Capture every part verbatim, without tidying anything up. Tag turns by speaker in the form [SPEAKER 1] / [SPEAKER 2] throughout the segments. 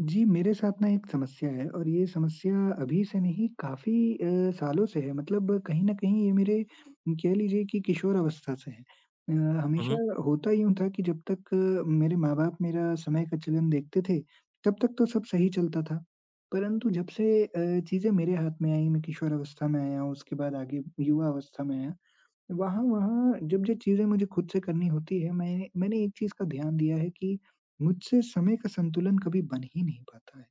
[SPEAKER 1] जी, मेरे साथ ना एक समस्या है और ये समस्या अभी से नहीं काफ़ी अ, सालों से है। मतलब कहीं न कहीं ये मेरे कह लीजिए कि किशोर अवस्था से है। अ,
[SPEAKER 2] हुँ, हुँ,
[SPEAKER 1] हमेशा होता यूँ था कि जब तक अ, मेरे माँ-बाप मेरा समय का चलन देखते थे, तब तक तो सब सही चलता था। परंतु जब से अ, चीज़ें मेरे हाथ में आईं, मैं किशोर अवस्था में आया, हूँ, उसके बाद आगे युवा अवस्था में आया, वहाँ वहाँ जब ये चीज़ें मुझे खुद से करनी होती है, मैं मैंने एक चीज़ का ध्यान दिया है कि मुझसे समय का संतुलन कभी बन ही नहीं पाता है।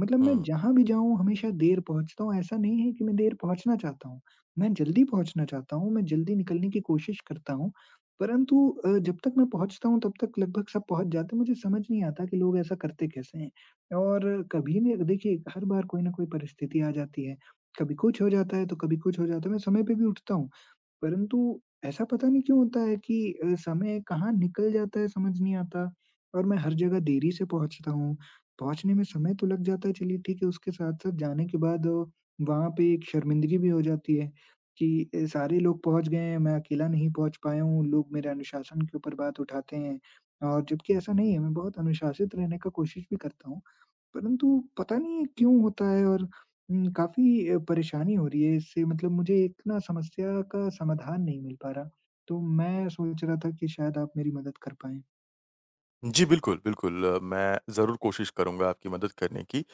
[SPEAKER 1] मतलब मैं
[SPEAKER 2] हुँ।
[SPEAKER 1] जहाँ भी जाऊँ हमेशा देर पहुँचता हूँ, ऐसा नहीं है कि मैं देर पहुँचना चाहता हूँ। मैं जल्दी पहुँचना चाहता हूँ, मैं जल्दी निकलने की कोशिश करता हूँ, परंतु अ, जब तक मैं पहुँचता हूँ तब तक लगभग सब पहुँच जाते हैं, मुझे समझ नहीं आता कि लोग ऐसा करते कैसे हैं? और कभी न देखिए हर बार कोई न कोई परिस्थिति आ जाती है, कभी कुछ हो जाता है तो कभी कुछ हो जाता है, मैं समय पे भी उठता हूँ। परंतु ऐसा पता नहीं क्यों होता है कि अ, समय कहाँ निकल जाता है समझ नहीं आता और मैं हर जगह देरी से पहुँचता हूँ। पहुँचने में समय तो लग जाता है चलिए ठीक है, उसके साथ-साथ जाने के बाद वहाँ पे एक शर्मिंदगी भी हो जाती है कि अ, सारे लोग पहुँच गए हैं, मैं अकेला नहीं पहुँच पाया हूँ, लोग मेरे अनुशासन के ऊपर बात उठाते हैं और जबकि ऐसा नहीं है, मैं बहुत अनुशासित रहने का कोशिश भी करता हूँ। परंतु पता नहीं क्यों होता है और उम, काफ़ी अ, परेशानी हो रही है इससे मतलब मुझे एक ना समस्या का समाधान नहीं मिल पा रहा, तो मैं सोच रहा था कि शायद आप मेरी मदद कर पाएँ।
[SPEAKER 2] जी, बिल्कुल, बिल्कुल। अ, मैं ज़रूर कोशिश करूँगा आपकी मदद करने की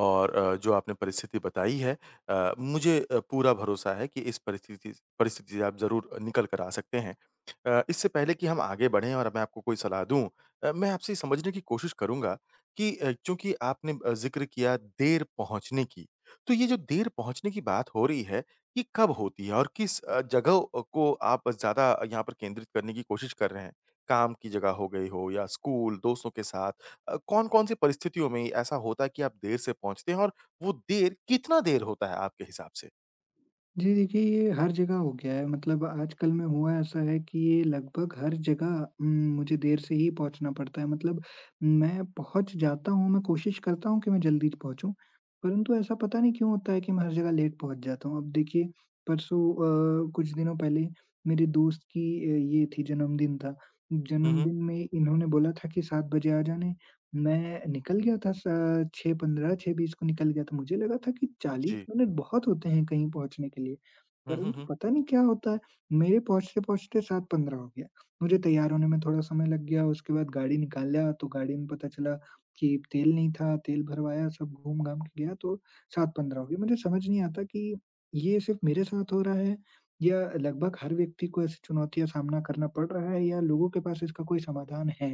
[SPEAKER 2] और अ, जो आपने परिस्थिति बताई है। अ, मुझे अ, पूरा भरोसा है कि इस परिस्थिति परिस्थिति से आप ज़रूर निकल कर आ सकते हैं। अ, इससे पहले कि हम आगे बढ़ें और मैं आपको कोई सलाह दूँ, अ, मैं आपसे समझने की कोशिश करूँगा कि अ, चूँकि आपने अ, ज़िक्र किया देर पहुँचने की, तो ये जो देर पहुँचने की बात हो रही है, ये कब होती है और किस अ, जगह को आप ज़्यादा यहाँ पर केंद्रित करने की कोशिश कर रहे हैं? काम की जगह हो गई हो या स्कूल, दोस्तों के साथ, अ, कौन-कौन सी परिस्थितियों में ऐसा होता है कि आप देर से पहुँचते हैं और वो देर कितना देर होता है आपके हिसाब से?
[SPEAKER 1] जी, देखिए ये हर जगह हो गया है मतलब आजकल में हुआ ऐसा है कि ये लगभग हर जगह उम, मुझे देर से ही पहुँचना पड़ता है मतलब मैं पहुँच जाता हूँ, मैं कोशिश करता हूँ कि मैं जल्दी पहुँचूँ, परंतु ऐसा पता नहीं क्यों होता है कि मैं हर जगह लेट पहुँच जाता हूँ। अब देखिए परसों अ, कुछ दिनों पहले मेरे दोस्त की अ, ये थी जन्मदिन था,
[SPEAKER 2] हुँ, हुँ।
[SPEAKER 1] जन्मदिन में इन्होंने बोला था कि सात बजे आ जाना। मैं निकल गया था स सवा छह छह बजकर बीस को निकल गया था। मुझे लगा था कि चालीस
[SPEAKER 2] जी।
[SPEAKER 1] मिनट बहुत होते हैं कहीं पहुँचने के लिए,
[SPEAKER 2] हुँ, हुँ,
[SPEAKER 1] परंतु
[SPEAKER 2] हुँ।
[SPEAKER 1] पता नहीं क्या होता है, मेरे पहुँचते-पहुँचते सात बजकर पंद्रह हो गया। मुझे तैयार होने में थोड़ा समय लग गया, उसके बाद गाड़ी निकाला तो गाड़ी में पता चला कि तेल नहीं था, तेल भरवाया, सब घूम-घाम के गया तो सात बजकर पंद्रह हो गया। मुझे समझ नहीं आता कि ये सिर्फ़ मेरे साथ हो रहा है या लगभग हर व्यक्ति को ऐसी चुनौतियाँ सामना करना पड़ रहा है या लोगों के पास इसका कोई समाधान है?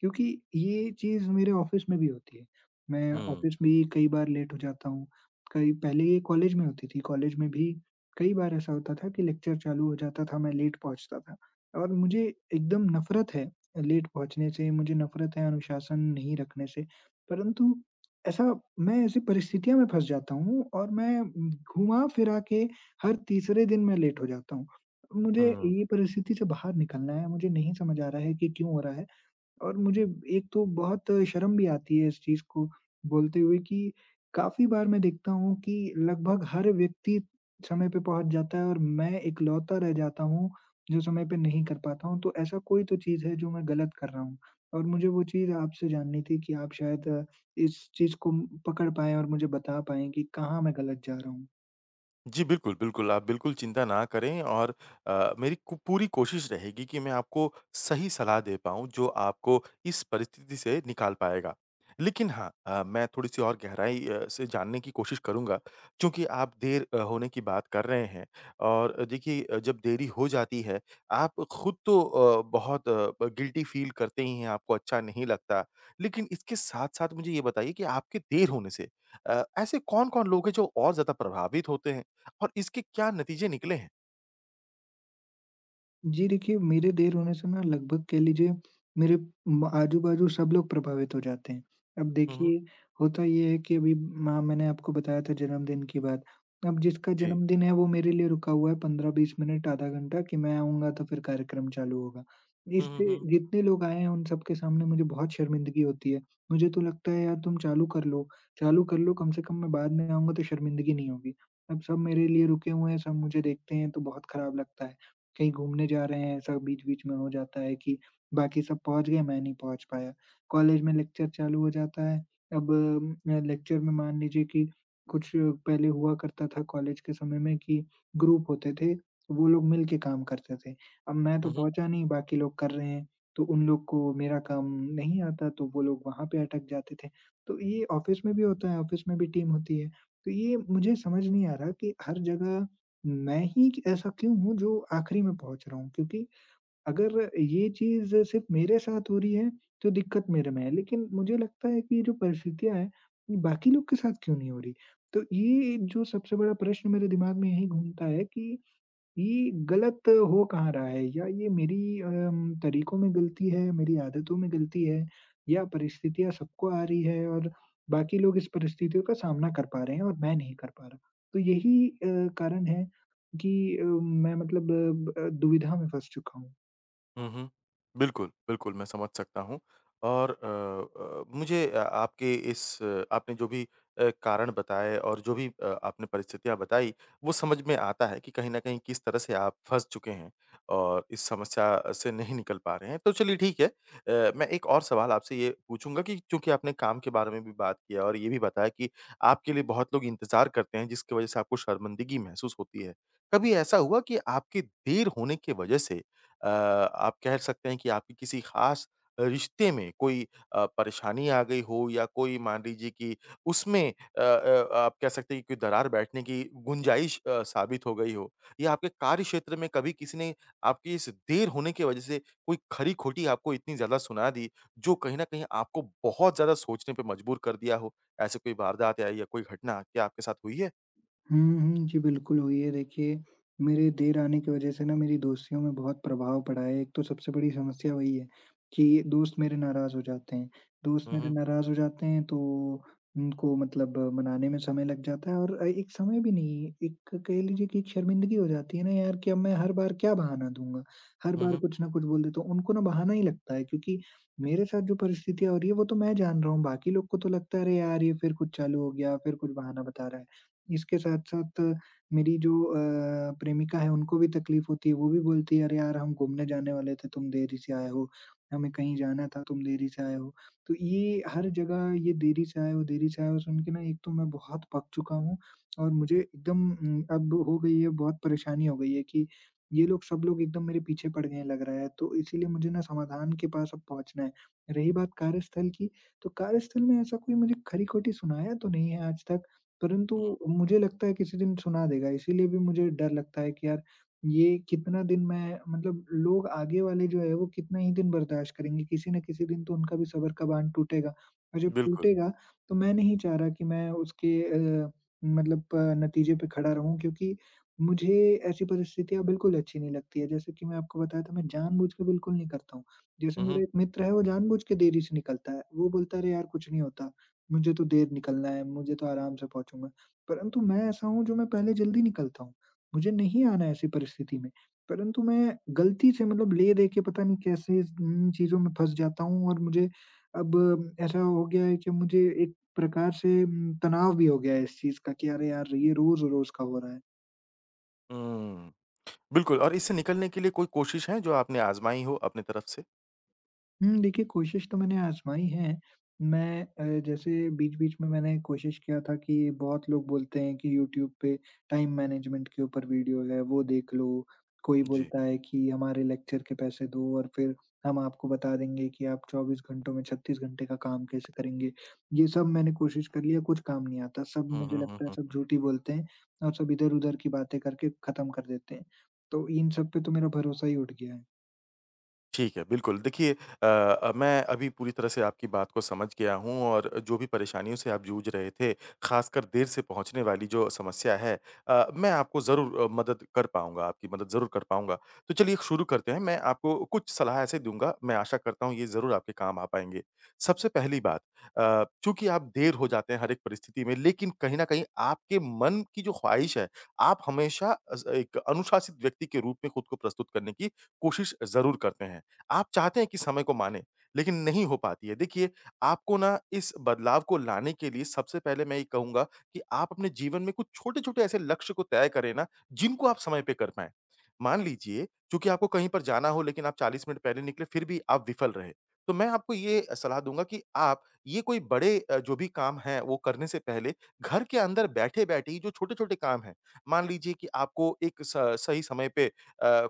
[SPEAKER 1] क्योंकि ये चीज़ मेरे ऑफिस में भी होती है। मैं
[SPEAKER 2] हुँ।
[SPEAKER 1] ऑफिस में ही कई बार लेट हो जाता हूँ। कई पहले ये कॉलेज में होती थी, कॉलेज में भी कई बार ऐसा होता था कि लेक्चर चालू हो जाता था, मैं लेट पहुँचता था और मुझे एकदम नफ़रत है लेट पहुँचने से, मुझे नफ़रत है अनुशासन नहीं रखने से। परंतु ऐसा मैं ऐसी परिस्थितियों में फँस जाता हूँ और मैं उम, घुमा-फिरा के हर तीसरे दिन मैं लेट हो जाता हूँ। मुझे
[SPEAKER 2] हुँ।
[SPEAKER 1] ये परिस्थिति से बाहर निकलना है, मुझे नहीं समझ आ रहा है कि क्यों हो रहा है। और मुझे एक तो बहुत शर्म भी आती है इस चीज़ को बोलते हुए कि काफ़ी बार मैं देखता हूँ कि लगभग हर व्यक्ति समय पे पहुँच जाता है और मैं इकलौता रह जाता हूँ, जो समय पे नहीं कर पाता हूँ। तो ऐसा कोई तो चीज़ है जो मैं गलत कर रहा हूँ और मुझे वो चीज़ आपसे जाननी थी कि आप शायद अ, इस चीज़ को पकड़ पाएँ और मुझे बता पाएँ कि कहाँ मैं गलत जा रहा हूँ।
[SPEAKER 2] जी, बिल्कुल, बिल्कुल। आप बिल्कुल चिंता ना करें और अ, मेरी कु पूरी कोशिश रहेगी कि मैं आपको सही सलाह दे पाऊँ, जो आपको इस परिस्थिति से निकाल पाएगा। लेकिन हाँ, अ, मैं थोड़ी-सी और गहराई अ, से जानने की कोशिश करूँगा, चूँकि आप देर अ, होने की बात कर रहे हैं और अ, देखिए, अ, जब देरी हो जाती है, आप खुद तो अ, बहुत अ, गिल्टी फ़ील करते ही हैं, आपको अच्छा नहीं लगता। लेकिन इसके साथ-साथ मुझे ये बताइए कि आपके देर होने से अ, ऐसे कौन-कौन लोग हैं, जो और ज़्यादा प्रभावित होते हैं? और इसके क्या नतीजे निकले हैं?
[SPEAKER 1] जी देखिए, मेरे देर होने से ना लगभग कह लीजिए मेरे म आजू-बाजू सब लोग प्रभावित हो जाते हैं। अब
[SPEAKER 2] हुँ, हुँ।
[SPEAKER 1] देखिए होता ये है कि अभी माँ मैंने आपको बताया था जन्मदिन की बात। अब जिसका
[SPEAKER 2] जी।
[SPEAKER 1] जन्मदिन है वो मेरे लिए रुका हुआ है पंद्रह बीस मिनट, आधा घंटा कि मैं आऊँगा तो फिर कार्यक्रम चालू होगा।
[SPEAKER 2] हुँ, हुँ,
[SPEAKER 1] इससे
[SPEAKER 2] हुँ।
[SPEAKER 1] जितने लोग आए हैं उन सबके सामने मुझे बहुत शर्मिंदगी होती है। मुझे तो लगता है यार तुम चालू कर लो, चालू कर लो कम से कम मैं बाद में आऊँगा तो शर्मिंदगी नहीं होगी। अब सब मेरे लिए रुके हुए हैं, सब मुझे देखते हैं तो बहुत खराब लगता है। कहीं घूमने जा रहे हैं, ऐसा बीच-बीच में हो जाता है कि बाकी सब पहुँच गए, मैं नहीं पहुँच पाया। कॉलेज में लेक्चर चालू हो जाता है, अब अ, लेक्चर में मान लीजिए कि कुछ पहले हुआ करता था कॉलेज के समय में कि ग्रुप होते थे, वो लोग मिल के काम करते थे। अब मैं तो
[SPEAKER 2] हुँ,
[SPEAKER 1] पहुँचा नहीं, बाकी लोग कर रहे हैं, तो उन लोग को मेरा काम नहीं आता, तो वो लोग वहाँ पे अटक जाते थे। तो ये ऑफ़िस में भी होता है, ऑफ़िस में भी टीम होती है। तो ये मुझे समझ नहीं आ रहा कि हर जगह मैं ही क ऐसा क्यों हूँ जो आखिरी में पहुँच रहा हूँ? क्योंकि अगर ये चीज़ सिर्फ़ मेरे साथ हो रही है, तो दिक्कत मेरे में है। लेकिन मुझे लगता है कि ये जो परिस्थितियाँ हैं, ये बाकी लोग के साथ क्यों नहीं हो रही? तो ये जो सबसे बड़ा प्रश्न मेरे दिमाग में यही घूमता है कि ये गलत हो कहाँ रहा है या ये मेरी अम, तरीकों में गलती है, मेरी आदतों में गलती है या परिस्थितियाँ सबको आ रही है और बाकी लोग इस परिस्थितियों का सामना कर पा रहे हैं और मैं नहीं कर पा रहा। तो यही अ, कारण है कि अ, मैं मतलब अ, ब अ, दुविधा में फँस चुका हूँ।
[SPEAKER 2] हुँ, हुँ। बिल्कुल, बिल्कुल मैं समझ सकता हूँ और अ अ, मुझे अ, आपके इस अ, आपने जो भी अ, कारण बताए और जो भी अ, आपने परिस्थितियाँ बताई, वो समझ में आता है कि कहीं न कहीं किस तरह से आप फँस चुके हैं और इस समस्या से नहीं निकल पा रहे हैं। तो चलिए ठीक है, अ, मैं एक और सवाल आपसे ये पूछूँगा कि चूँकि आपने काम के बारे में भी बात किया और ये भी बताया कि आपके लिए बहुत लोग इंतज़ार करते हैं जिसकी वज़ह से आपको शर्मिंदगी महसूस होती है। कभी ऐसा हुआ कि आपके देर होने की वज़ह से अ, आप कह सकते हैं कि आपकी किसी ख़ास रिश्ते में कोई अ, परेशानी आ गई हो या कोई, मान लीजिए कि उसमें अ अ, आप कह सकते हैं कि कोई दरार बैठने की गुंजाइश अ, साबित हो गई हो, या आपके कार्यक्षेत्र में कभी किसी ने आपकी इस देर होने की वजह से कोई खरी-खोटी आपको इतनी ज़्यादा सुना दी, जो कहीं न कहीं आपको बहुत ज़्यादा सोचने पे मजबूर कर दिया हो, ऐसी कोई वारदात या या कोई घटना क्या आपके साथ हुई है?
[SPEAKER 1] हुँ, हुँ। जी, बिल्कुल हुई है। देखिए, मेरे देर आने की वज़ह से ना मेरी दोस्तियों में बहुत प्रभाव पड़ा है। एक तो सबसे बड़ी समस्या वही है कि दोस्त मेरे नाराज़ हो जाते हैं। दोस्त
[SPEAKER 2] हुँ,
[SPEAKER 1] मेरे
[SPEAKER 2] हुँ।
[SPEAKER 1] नाराज़ हो जाते हैं तो उनको मतलब मनाने में समय लग जाता है और अ, एक समय भी नहीं, एक कह लीजिए कि एक शर्मिंदगी हो जाती है ना यार कि अब मैं हर बार क्या बहाना दूँगा? हर
[SPEAKER 2] हुँ,
[SPEAKER 1] बार
[SPEAKER 2] हुँ।
[SPEAKER 1] कुछ ना कुछ बोल देता हूँ। उनको ना बहाना ही लगता है क्योंकि मेरे साथ जो परिस्थितियाँ हो रही है वो तो मैं जान रहा हूँ, बाकी लोग को तो लगता है अरे यार! ये फिर कुछ चालू हो गया, फिर कुछ बहाना बता रहा है। इसके साथ-साथ मेरी जो अ, प्रेमिका है उनको भी तकलीफ होती है, वो भी बोलती है, "अरे यार! हम घूमने जाने वाले थे, तुम देरी से आए हो, हमें कहीं जाना था, तुम देरी से आए हो।" तो ये हर जगह ये देरी से आए हो, देरी से आए हो सुन के ना एक तो मैं बहुत पक चुका हूँ और मुझे एकदम उम, अब हो गई है बहुत परेशानी हो गई है कि ये लोग सब लोग एकदम मेरे पीछे पड़ गए हैं लग रहा है, तो इसीलिए मुझे ना समाधान के पास अब पहुँचना है। रही बात कार्यस्थल की, तो कार्यस्थल में ऐसा कोई मुझे खरी-खोटी सुनाया तो नहीं है आज तक, परंतु
[SPEAKER 2] हुँ,
[SPEAKER 1] मुझे लगता है किसी दिन सुना देगा, इसीलिए भी मुझे डर लगता है कि यार ये कितना दिन मैं मतलब लोग आगे वाले जो है वो कितना ही दिन बर्दाश्त करेंगे, किसी न किसी दिन तो उनका भी सब्र का बाँध टूटेगा। और जब
[SPEAKER 2] बिल्कुल।
[SPEAKER 1] टूटेगा तो मैं नहीं चाह रहा कि मैं उसके अ, मतलब अ, नतीजे पे खड़ा रहूँ क्योंकि मुझे ऐसी परिस्थितियाँ बिल्कुल अच्छी नहीं लगती है। जैसे कि मैं आपको बताया था मैं जानबूझ के बिल्कुल नहीं करता हूँ। जैसे
[SPEAKER 2] हुँ, हुँ।
[SPEAKER 1] मेरा एक मित्र है वो जानबूझ के देरी से निकलता है। वो बोलता है अरे यार कुछ नहीं होता। मुझे तो देर निकलना है, मुझे तो आराम से पहुँचूँगा। परंतु मैं ऐसा हूँ जो मैं पहले जल्दी निकलता हूँ, मुझे नहीं आना है ऐसी परिस्थिति में। परंतु मैं गलती से मतलब ले-दे के पता नहीं कैसे उम, चीज़ों में फँस जाता हूँ और मुझे अब ऐसा हो गया है कि मुझे एक प्रकार से उम, तनाव भी हो गया है इस चीज़ का कि अरे यार! ये रोज़-रोज़ का हो रहा है।
[SPEAKER 2] हुँ। बिल्कुल। और इससे निकलने के लिए कोई कोशिश है जो आपने आज़माई हो अपनी तरफ से?
[SPEAKER 1] हुँ, देखिए कोशिश तो मैंने आज़माई है। मैं अ, जैसे बीच-बीच में मैंने कोशिश किया था कि बहुत लोग बोलते हैं कि यूट्यूब पे टाइम मैनेजमेंट के ऊपर वीडियो है, वो देख लो। कोई
[SPEAKER 2] जी।
[SPEAKER 1] बोलता है कि हमारे लेक्चर के पैसे दो और फिर हम आपको बता देंगे कि आप चौबीस घंटों में छत्तीस घंटे का काम कैसे करेंगे। ये सब मैंने कोशिश कर लिया, कुछ काम नहीं आता। सब
[SPEAKER 2] हुँ,
[SPEAKER 1] मुझे
[SPEAKER 2] हुँ, हुँ,
[SPEAKER 1] लगता है सब
[SPEAKER 2] हुँ।
[SPEAKER 1] झूठ ही बोलते हैं और सब इधर-उधर की बातें करके ख़त्म कर देते हैं। तो इन सब पे तो मेरा भरोसा ही उठ गया है।
[SPEAKER 2] ठीक है, बिल्कुल। देखिए, अ अ, मैं अभी पूरी तरह से आपकी बात को समझ गया हूँ और जो भी परेशानियों से आप जूझ रहे थे, ख़ासकर देर से पहुँचने वाली जो समस्या है, अ, मैं आपको ज़रूर अ, मदद कर पाऊँगा, आपकी मदद ज़रूर कर पाऊँगा। तो चलिए शुरू करते हैं, मैं आपको कुछ सलाह ऐसे दूँगा, मैं आशा करता हूँ ये ज़रूर आपके काम आ पाएँगे। सबसे पहली बात, अ, चूँकि आप देर हो जाते हैं हर एक परिस्थिति में, लेकिन कहीं न कहीं आपके मन की जो ख़्वाहिश है, आप हमेशा अज़ एक अनुशासित व्यक्ति के रूप में खुद को प्रस्तुत करने की कोशिश ज़रूर करते हैं। आप चाहते हैं कि समय को मानें, लेकिन नहीं हो पाती है। देखिए, आपको ना इस बदलाव को लाने के लिए सबसे पहले मैं ये कहूँगा कि आप अपने जीवन में कुछ छोटे-छोटे ऐसे लक्ष्य को तय करें ना, जिनको आप समय पे कर पाएँ। मान लीजिए, चूँकि आपको कहीं पर जाना हो लेकिन आप चालीस मिनट पहले निकले, फिर भी आप विफल रहे। तो मैं आपको ये सलाह दूँगा कि आप ये कोई बड़े अ, जो भी काम हैं, वो करने से पहले घर के अंदर बैठे-बैठे ही जो छोटे-छोटे काम हैं, मान लीजिए कि आपको एक स सही समय पे अ,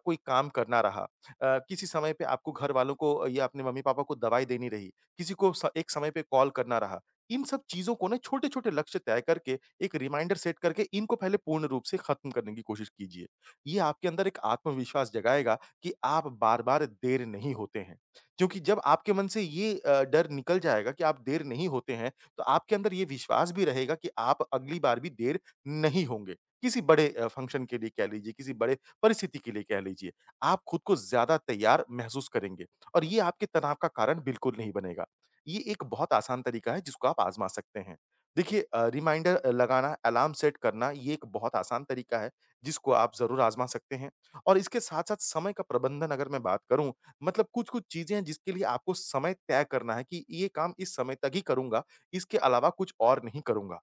[SPEAKER 2] कोई काम करना रहा। अ, किसी समय पे आपको घर वालों को या अपने मम्मी-पापा को दवाई देनी रही, किसी को स एक समय पे कॉल करना रहा। इन सब चीज़ों को ना छोटे-छोटे लक्ष्य तय करके, एक रिमाइंडर सेट करके इनको पहले पूर्ण रूप से खत्म करने की कोशिश कीजिए। ये आपके अंदर एक आत्मविश्वास जगाएगा कि आप बार-बार देर नहीं होते हैं। क्योंकि जब आपके मन से ये अ, डर निकल जाएगा कि आप देर नहीं होते हैं, तो आपके अंदर ये विश्वास भी रहेगा कि आप अगली बार भी देर नहीं होंगे। किसी बड़े अ, फंक्शन के लिए कह लीजिए, किसी बड़े परिस्थिति के लिए कह लीजिए। आप खुद को ज़्यादा तैयार महसूस करेंगे और ये आपके तनाव का कारण बिल्कुल नहीं बनेगा। ये एक बहुत आसान तरीका है जिसको आप आज़मा सकते हैं। देखिए, अ, रिमाइंडर लगाना, अलार्म सेट करना ये एक बहुत आसान तरीका है जिसको आप ज़रूर आज़मा सकते हैं और इसके साथ-साथ समय का प्रबंधन अगर मैं बात करूँ, मतलब कुछ-कुछ चीज़ें हैं जिसके लिए आपको समय तय करना है कि ये काम इस समय तक ही करूँगा, इसके अलावा कुछ और नहीं करूँगा।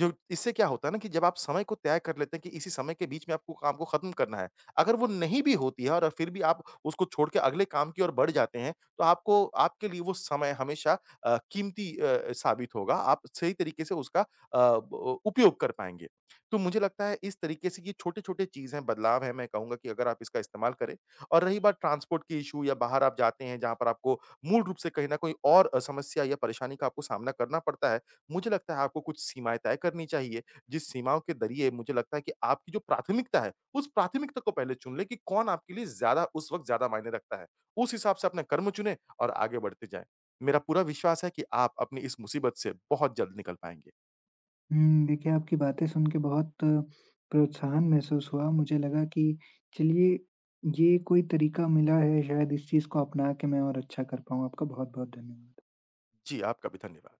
[SPEAKER 2] जो इससे क्या होता है ना कि जब आप समय को तय कर लेते हैं कि इसी समय के बीच में आपको काम को ख़त्म करना है। अगर वो नहीं भी होती है और फिर भी आप उसको छोड़ के अगले काम की ओर बढ़ जाते हैं, तो आपको आपके लिए वो समय हमेशा अ, कीमती अ, साबित होगा। आप सही तरीके से उसका अ, ब उपयोग कर पाएँगे। तो मुझे लगता है इस तरीके से ये छोटे-छोटे चीज़ें, बदलाव हैं, बदलाव है, मैं कहूँगा कि अगर आप इसका इस्तेमाल करें। और रही बात ट्रांसपोर्ट के इश्यू या बाहर आप जाते हैं जहाँ पर आपको मूल रूप से कहीं न कहीं और अ, समस्या या परेशानी का आपको सामना करना पड़ता है, मुझे लगता है आपको कुछ सीमाएँ तय करनी चाहिए, जिस सीमाओं के ज़रिए मुझे लगता है कि आपकी जो प्राथमिकता है, उस प्राथमिकता को पहले चुन लें कि कौन आपके लिए ज़्यादा, उस वक़्त ज़्यादा मायने रखता है। उस हिसाब से अपने कर्म चुनें और आगे बढ़ते जाएँ। मेरा पूरा विश्वास है कि आप अपनी इस मुसीबत से बहुत जल्द निकल पाएँगे।
[SPEAKER 1] हुँ, देखिए आपकी बातें सुन के बहुत प्रोत्साहन महसूस हुआ। मुझे लगा कि चलिए ये कोई तरीका मिला है शायद इस चीज़ को अपना के मैं और अच्छा कर पाऊँ। आपका बहुत-बहुत धन्यवाद।
[SPEAKER 2] जी, आपका भी धन्यवाद।